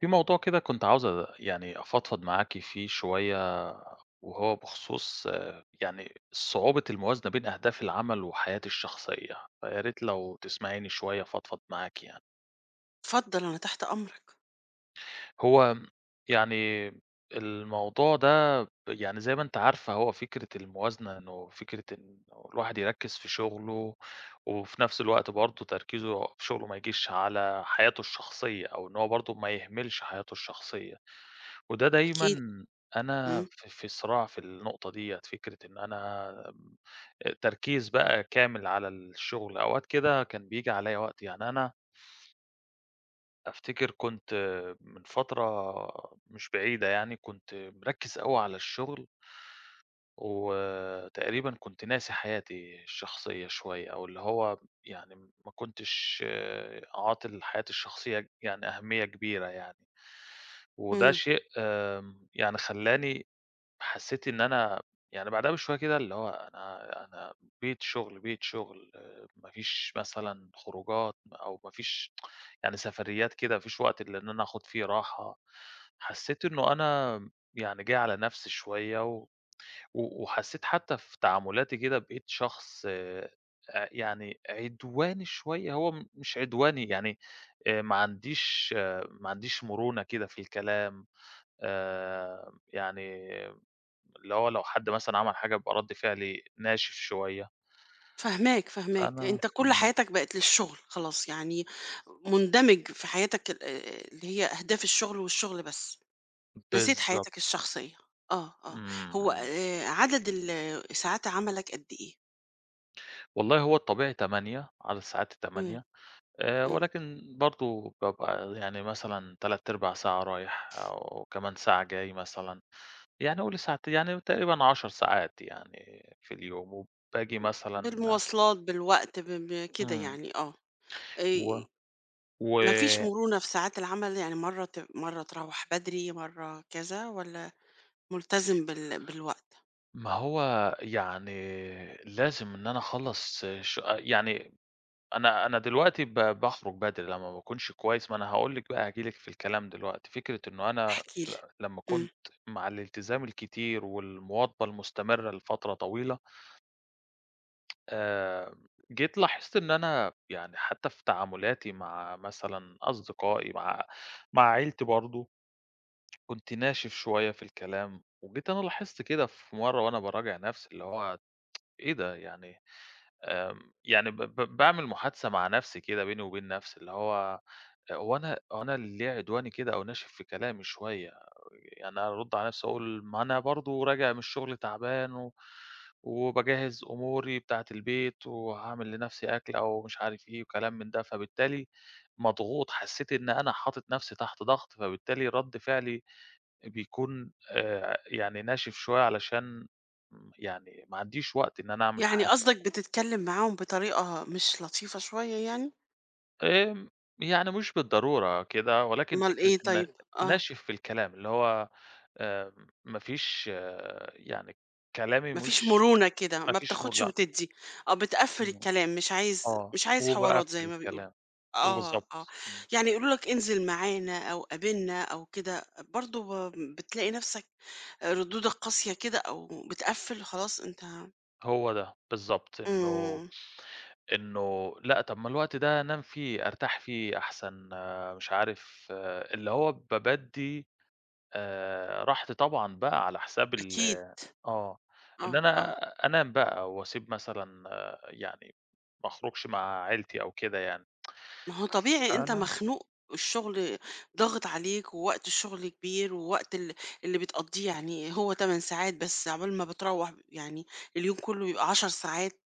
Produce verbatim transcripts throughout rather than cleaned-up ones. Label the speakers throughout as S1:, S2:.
S1: في موضوع كده كنت عاوز أ- يعني أفضفض معاكي فيه شوية، وهو بخصوص آه، يعني صعوبة الموازنة بين أهداف العمل وحياتي الشخصية. فيا ريت لو تسمعيني شوية فضفض معاكي يعني.
S2: اتفضل، أنا تحت أمرك.
S1: هو يعني الموضوع ده، يعني زي ما أنتِ عارفة، هو فكرة الموازنة، إنه فكرة إنه الواحد يركّز في شغله، وفي نفس الوقت برضه تركيزه في شغله ما يجيش على حياته الشخصية، أو إن هو برضه ما يهملش حياته الشخصية. وده
S2: أكيد.
S1: دايمًا
S2: إمم،
S1: أنا في في صراع في النقطة ديّة، فكرة إن أنا آمم، تركيز بقى كامل على الشغل. أوقات كده كان بييجي عليّا وقت، يعني أنا أفتكر كنت من فترة مش بعيدة يعني كنت مركّز أوي على الشغل، وتقريبًا كنت ناسي حياتي الشخصية شوية، أو اللي هو يعني ما كنتش آه، عاطل حياتي الشخصية يعني أهمية كبيرة يعني. وده
S2: إمم.
S1: شيء آمم، يعني خلّاني حسّيت إن أنا، يعني بعدها بشوية كده اللي هو، أنا أنا بيت شغل، بيت شغل، ما فيش مثلًا خروجات أو ما فيش يعني سفريات كده، ما فيش وقت إلا إن أنا آخُد فيه راحة. حسّيت إنه أنا يعني جاي على نَفْسي شوية، و و وحسّيت حتّى في تعاملاتي كده بقيت شخص آآ يعني عدواني شوية. هو م مش عدواني، يعني آآ ما عنديش آه، ما عنديش مرونة كده في الكلام، آآ يعني اللي هو لو حد مثلًا عمل حاجة بيبقى رد فعلي ناشف شوية.
S2: فاهماك، فاهماك،
S1: فأنا
S2: أنت كل
S1: إمم،
S2: حياتك بقت للشغل خلاص، يعني مندمج في حياتك ال آآ، اللي هي أهداف الشغل والشغل بس، نسيت حياتك
S1: بالضبط،
S2: الشخصية. آه، آه.
S1: إمم،
S2: هو
S1: إمم.
S2: آآ، عدد ال ساعات عملك قد إيه؟
S1: والله هو الطبيعي ثمانية، على ساعات
S2: إمم،
S1: ال08:00، آآ،
S2: إمم.
S1: ولكن برضه بابقى يعني مثلًا تلات أرباع ساعة رايح أو كمان ساعة جاي مثلًا، يعني قولي ساعتين، يعني تقريبًا 10 ساعات يعني في اليوم. وباجي مثلًا
S2: بالمواصلات، بالوقت، ب ب كده
S1: إمم.
S2: يعني آه. آآ،
S1: و و
S2: ما فيش مرونة في ساعات العمل، يعني مرّة ت مرّة تروّح بدري، مرّة كذا والّا ملتزم بال بالوقت؟
S1: ما هو يعني لازم إن أنا أخلّص ش يعني أنا أنا دلوقتي ب باخرج بدري لمّا ما باكونش كويس. ما أنا هاقول لِك بقى، هاجي لِك في الكلام دلوقتي، فكرة إنه أنا
S2: احكِ
S1: ل
S2: لي.
S1: لمّا
S2: إمم.
S1: كنت مع الالتزام الكتير والمواظبة المستمرة لفترة طويلة، آآ، جيت لاحظت إن أنا يعني حتى في تعاملاتي مع مثلًا أصدقائي، مع مع عيلتي برضه، كنت ناشف شوية في الكلام. وجيت أنا لاحظت كده في مرة وأنا باراجع نفسي، اللي هو إيه ده! يعني آمم، يعني ب ب باعمل محادثة مع نفسي كده، بيني وبين نفسي، اللي هو هو أنا هو أنا اللي ليه عدواني كده أو ناشف في كلامي شوية. يعني أرُد على نفسي أقول، ما أنا برضه راجع من الشغل تعبان، و وباجهّز أموري بتاعة البيت، وهاعمل لنفسي أكل أو مش عارف إيه وكلام من ده، فبالتالي مضغوط. حسّيت إن أنا حاطط نفسي تحت ضغط، فبالتالي رَد فعلي بيكون آآ يعني ناشف شوية، علشان م يعني ما عنديش وقت إن أنا أعمل
S2: يعني
S1: حاجة.
S2: قصدك بتتكلّم معاهم بطريقة مش لطيفة شوية يعني؟
S1: آمم، يعني مش بالضرورة كده، ولكن
S2: أُمّال
S1: فكرة
S2: إيه
S1: إن
S2: طيب؟ آه.
S1: ناشف في الكلام، اللي هو آمم، ما فيش آه، يعني كلامي
S2: ما فيش
S1: مش،
S2: مرونة كده،
S1: ما
S2: ما
S1: فيش
S2: بتاخُدش
S1: ملا،
S2: وتدّي. آه، بتقفِّل
S1: إمم،
S2: الكلام، مش عايز
S1: آه،
S2: مش عايز
S1: هو بقى
S2: حوارات
S1: في
S2: زي ما بيقولوا.
S1: الكلام.
S2: آه، آه.
S1: وبالضبط، إمم،
S2: يعني يقولوا لك انزل معانا أو قابلنا أو كده، برضه ب بتلاقي نَفْسك ردودك قاسية كده أو بتقفِّل خلاص أنت.
S1: هو ده، بالضبط. إنه
S2: إمم.
S1: إنه لأ، طب ما الوقت ده أنام فيه، أرتاح فيه أحسن، آه، مش عارف آه، اللي هو بابدّي آآ، راحتي طبعًا بقى على حساب ال،
S2: أكيد.
S1: آه، إن
S2: آه، آه.
S1: أنا أنام بقى وأسيب مثلًا آه، يعني ما أخرجش مع عيلتي أو كده يعني.
S2: ما هو طبيعي أنت
S1: فأنا
S2: مخنوق، الشغل ضاغط عليك، ووقت الشغل كبير، ووقت ال اللي بتقضّيه يعني هو ثمان ساعات بس، عقبال ما بتروّح يعني اليوم كله بيبقى عشر ساعات،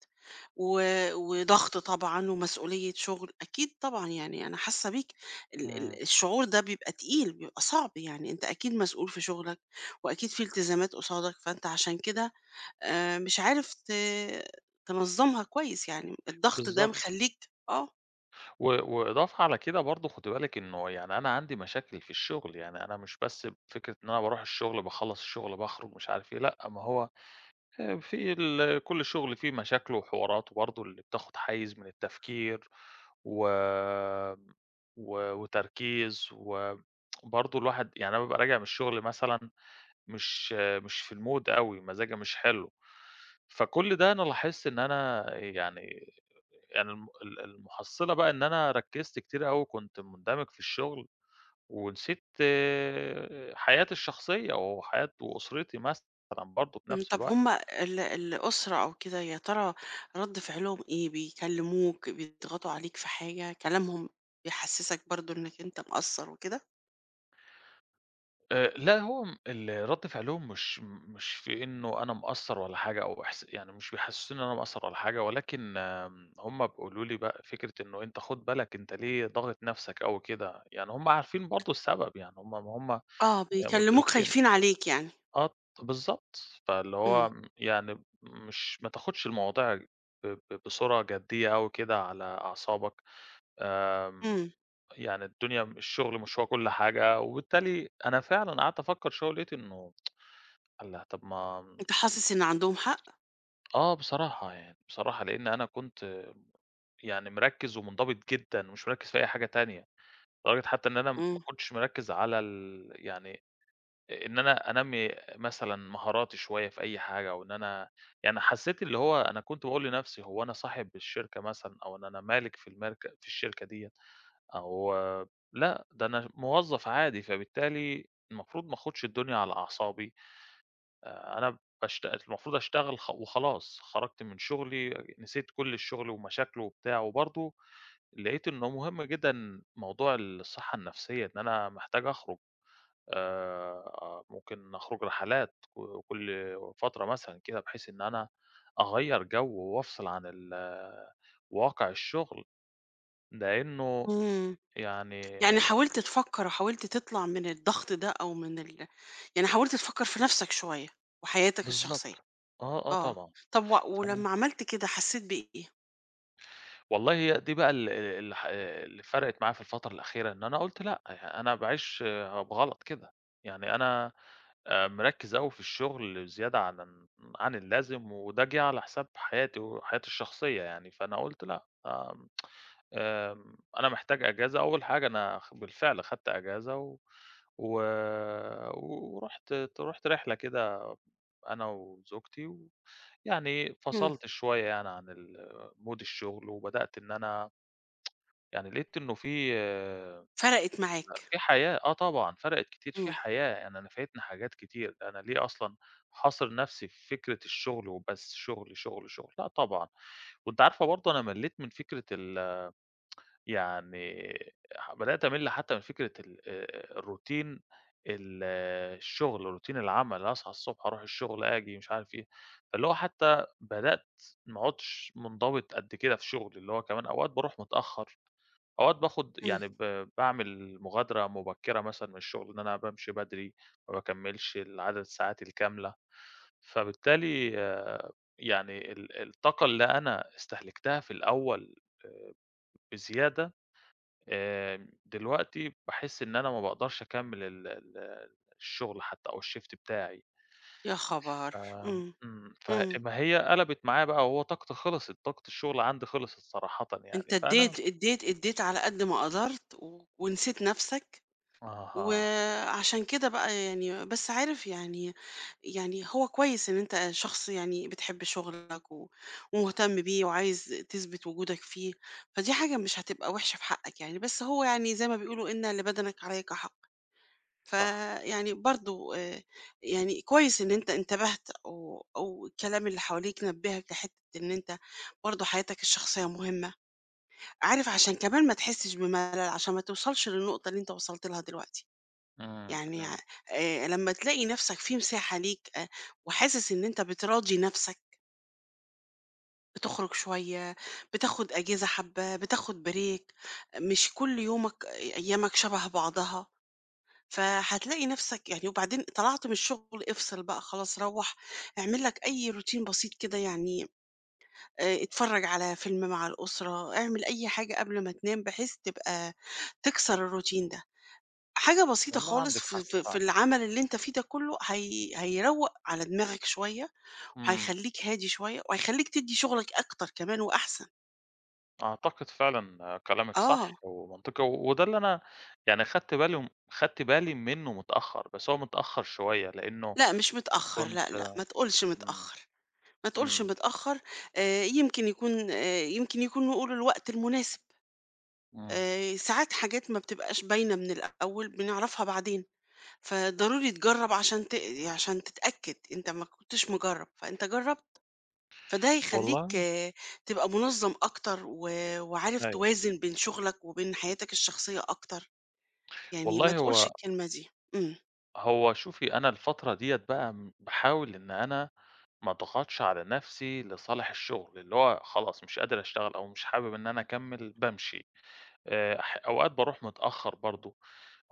S2: و وضغط طبعًا ومسؤولية شغل، أكيد طبعًا يعني أنا حاسة بيك. ال
S1: إمم،
S2: ال الشعور ده بيبقى تقيل، بيبقى صعب يعني، أنت أكيد مسؤول في شغلك، وأكيد في التزامات قصادك، فأنت عشان كده آآ مش عارف ت تنظّمها كويس يعني، الضغط ده
S1: بالضبط.
S2: مخلّيك آه.
S1: و وإضافة على كده برضه خدي بالِك إنه يعني أنا عندي مشاكل في الشغل. يعني أنا مش بس فكرة إن أنا باروح الشغل باخلّص الشغل باخرج مش عارف إيه، لأ ما هو آآ في ال كل شغل فيه مشاكله وحواراته برضه، اللي بتاخد حيّز من التفكير و و وتركيز و، برضه الواحد، يعني أنا بابقى راجع من الشغل مثلًا مش مش في الmood أوي، مزاجي مش حلو. فكل ده أنا لاحظت إن أنا يعني، يعني الم ال المحصّلة بقى إن أنا ركّزت كتير أوي، كنت مندمج في الشغل، ونسيت آه، حياتي الشخصية وحياة وأسرتي مثلًا برضه في
S2: إمم.
S1: نفس
S2: طب
S1: الوقت.
S2: هم ال الأسرة أو كده يا ترى رَد فعلهم إيه؟ بيكلموك، بيضغطوا عليك في حاجة، كلامهم بيحسسك برضه إنك أنت مقصّر وكده؟
S1: آآ لأ، هو م ال رَد فعلهم مش، مش في إنه أنا مقصّر ولا حاجة، أو إحس، يعني مش بيحسّسوني إن أنا مقصّر ولا حاجة. ولكن آمم، هم بيقولوا لي بقى فكرة إنه أنت خُد بالك، أنت ليه ضاغط نَفْسك أوي كده، يعني هم عارفين برضه السبب. يعني هم، ما هم آآ
S2: آه، بيكلموك
S1: مُدركين،
S2: خايفين عليك يعني.
S1: آه، بالضبط. فاللي
S2: إمم،
S1: هو م يعني مش، ما تاخُدش المواضيع ب ب بصورة جديّة أوي كده على أعصابك، آمم.
S2: إمم.
S1: يعني الدنيا م الشُغل مش هو كل حاجة، وبالتالي أنا فعلًا قعدت أفكّر شوية ولقيت إنه الله! طب ما،
S2: أنت حاسس إن عندهم حق؟
S1: آه بصراحة يعني، بصراحة لإن أنا كنت يعني مركّز ومنضبط جدًا ومش مركّز في أي حاجة تانية، لدرجة حتى إن أنا ما
S2: إمم،
S1: كنتش مركّز على ال، يعني إن أنا أنمّي مثلًا مهاراتي شوية في أي حاجة، أو إن أنا يعني حسّيت اللي هو أنا كنت باقول لنفسي هو أنا صاحب الشركة مثلًا، أو إن أنا مالك في المارك في الشركة ديّة، أو لأ، ده أنا موظّف عادي، فبالتالي المفروض ما آخُدش الدنيا على أعصابي. آآ أنا باشت، المفروض أشتغل خ وخلاص، خرجت من شغلي، نسيت كل الشغل ومشاكله وبتاع. وبرضه لقيت إنه مهم جدًا موضوع الصحة النفسية، إن أنا محتاج أخرج، آآ، ممكن أخرج رحلات ك كل فترة مثلًا كده، بحيث إن أنا أغيّر جو وأفصل عن ال واقع الشغل، لإنه
S2: إمم.
S1: يعني
S2: يعني حاولت تفكّر وحاولت تطلع من الضغط ده أو من ال يعني حاولت تفكّر في نَفْسك شوية وحياتك
S1: بالضبط،
S2: الشخصية.
S1: آه، آه
S2: آه.
S1: طبعًا.
S2: طب و
S1: ف
S2: ولمّا عملت كده حسيت بإيه؟
S1: والله هي دي بقى ال ال اللي ح اللي فرقت معايا في الفترة الأخيرة، إن أنا قُلت لأ، يعني أنا باعيش بغلط كده. يعني أنا آآ مركّز أوي في الشغل زيادة عن ال، عن اللازم، وده جِه على حساب حياتي وحياتي الشخصية يعني. فأنا قُلت لأ، آمم آمم أنا محتاج أجازة. أول حاجة أنا خ بالفعل خدت أجازة، و و ورُحت ت رُحت رحلة كده أنا وزوجتي، ويعني
S2: إمم.
S1: فصلت شوية يعني عن ال mood الشغل، وبدأت إن أنا يعني لقيت إنه في،
S2: فرقت معاك.
S1: في حياة، آه طبعًا فرقت كتير، في
S2: إمم،
S1: حياة. يعني أنا فايتني حاجات كتير. أنا ليه أصلًا حاصر نفسي في فكرة الشغل وبس، شغل، شغل، شغل، لأ طبعًا. وأنتِ عارفة برضه أنا ملّيت من فكرة ال، يعني ح بدأت أمِل حتى من فكرة ال آآ الروتين، ال آه، الشغل، روتين العمل، أصحى الصبح أروح الشغل، آجي، مش عارف إيه. فاللي هو حتى بدأت ما أقعدش منضبط قد كده في شغلي، اللي هو كمان أوقات باروح متأخر. أوقات باخد
S2: إمم.
S1: يعني ب باعمل مغادرة مبكرة مثلًا من الشغل، إن أنا بامشي بدري، ما باكمّلش العدد الساعات الكاملة. فبالتالي آه، يعني ال الطاقة اللي أنا استهلكتها في الأول آآ بزيادة. آمم، دلوقتي باحس إن أنا ما باقدرش أكمّل ال ال الشغل حتى، أو الShift بتاعي.
S2: يا خبر!
S1: ف
S2: إمم،
S1: إمم،
S2: إمم.
S1: فما هي قلبت معايا بقى، وهو طاقتي خلصت، طاقة الشغل عندي خلصت صراحةً
S2: أنت
S1: يعني. فأنا
S2: ادّيت، ادّيت، ادّيت على قد ما قدرت و ونسيت نَفْسك،
S1: أها،
S2: وعشان كده بقى يعني بس عارف يعني، يعني هو كويس إن أنت شخص يعني بتحب شغلك و ومهتم بيه وعايز تثبت وجودك فيه، فدي حاجة مش هتبقى وحشة في حقك يعني، بس هو يعني زي ما بيقولوا إن لبدنك عليك حق.
S1: صح،
S2: فيعني برضو آه، يعني كويس ان انت انتبهت او او الكلام اللي حواليك نبهك لحته ان انت برضو حياتك الشخصيه مهمه، عارف عشان كمان ما تحسش بملل عشان ما توصلش للنقطه اللي انت وصلت لها دلوقتي
S1: إمم،
S2: يعني. آه،
S1: إمم.
S2: آه. لما تلاقي نفسك في مساحه ليك آه، وحاسس ان انت بتراضي نفسك، بتخرج شوية، بتاخد أجازة حبة، بتاخد بريك، مش كل يومك آه، أيامك شبه بعضها، فهتلاقي نفسك يعني. وبعدين طلعت من الشغل افصل بقى خلاص روّح، اعمل لك أي روتين بسيط كده يعني، آآ اتفرّج على فيلم مع الأسرة، اعمل أي حاجة قبل ما تنام بحيث تبقى تكسر الروتين ده. حاجة بسيطة
S1: والله
S2: خالص
S1: عندِك
S2: في
S1: حق
S2: في في
S1: فعلًا،
S2: العمل اللي أنت فيه ده كُلّه هي هيروّق على دماغك شوية،
S1: إمم.
S2: وهيخلّيك هادي شوية، وهيخلّيك تدّي شغلك أكتر كمان وأحسن.
S1: أعتقد فعلًا آه، كلامِك صح
S2: آه.
S1: ومنطقي، و- وده اللي أنا يعني خدت بالي، خدت بالي منه متأخر، بس هو متأخر شوية لإنه
S2: لأ مش متأخّر،
S1: كنت
S2: لأ، لأ، ما تقولش
S1: إمم،
S2: متأخّر. ما تقولش
S1: إمم،
S2: متأخّر. آآ يمكن يكون آآ يمكن يكونوا قولوا الوقت المناسب.
S1: إمم،
S2: آآ ساعات حاجات ما بتبقاش باينة من الأول بنعرفها بعدين، فضروري تجرّب عشان ت عشان تتأكد، أنت ما كنتش مجرّب، فأنت جرّبت، فده هيخلّيك
S1: والله
S2: تبقى منظّم أكتر و وعارف
S1: أيوه،
S2: توازن بين شغلك وبين حياتك الشخصية أكتر، يعني ما
S1: والله
S2: تقولش
S1: هو،
S2: الكلمة دي. إمم.
S1: هو شوفي، أنا الفترة ديّة بقى م باحاول إن أنا ما أضغطش على نفسي لصالح الشغل، اللي هو خلاص مش قادر أشتغل أو مش حابب إن أنا أكمّل بامشي. آآ ح أوقات باروح متأخّر برضه،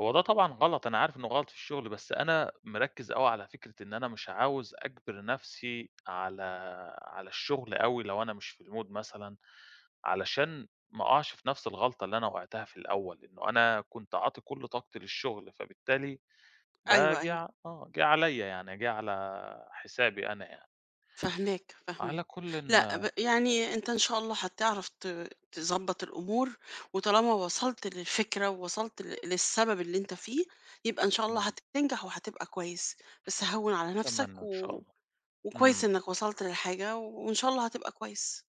S1: هو ده طبعًا غلط، أنا عارف إنه غلط في الشغل. بس أنا مركّز أوي على فكرة إن أنا مش عاوز أجبر نَفْسي على على الشغل أوي لو أنا مش في الmood مثلًا، علشان ما أقعش في نَفْس الغلطة اللي أنا وقعتها في الأول، إنه أنا كنت عاطي كل طاقتي للشغل، فبالتالي ده
S2: أيوه،
S1: جِه
S2: أيوه.
S1: ع آه، جِه عليّا يعني، جِه على حسابي أنا يعني.
S2: فاهماك، فاهماك.
S1: على كُلٍّ
S2: لأ، ب يعني أنت إن شاء الله هتعرف ت تضبّط الأمور، وطالما وصلت للفكرة ووصلت ل للسبب اللي أنت فيه، يبقى إن شاء الله
S1: إمم.
S2: هتنجح وهتبقى كويس. بس هوّن على نفسك
S1: أتمنى إن شاء
S2: و
S1: الله.
S2: وكويس
S1: إمم.
S2: إنّك وصلت للحاجة وإن شاء الله هتبقى كويس.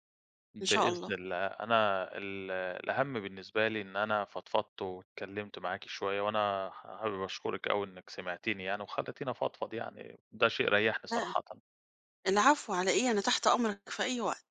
S2: إن شاء
S1: بإذن
S2: الله.
S1: الله. أنا ال الأهم بالنسبة لي إن أنا فضفضت واتكلمت معاكِ شوية، وأنا حابب أشكرِك أوي إنِّك سمعتيني يعني وخلّيتيني أفضفض يعني. ده شيء ريّحني
S2: لأ،
S1: صراحةً.
S2: العفو على إيه، أنا تحت أمرك في أي وقت.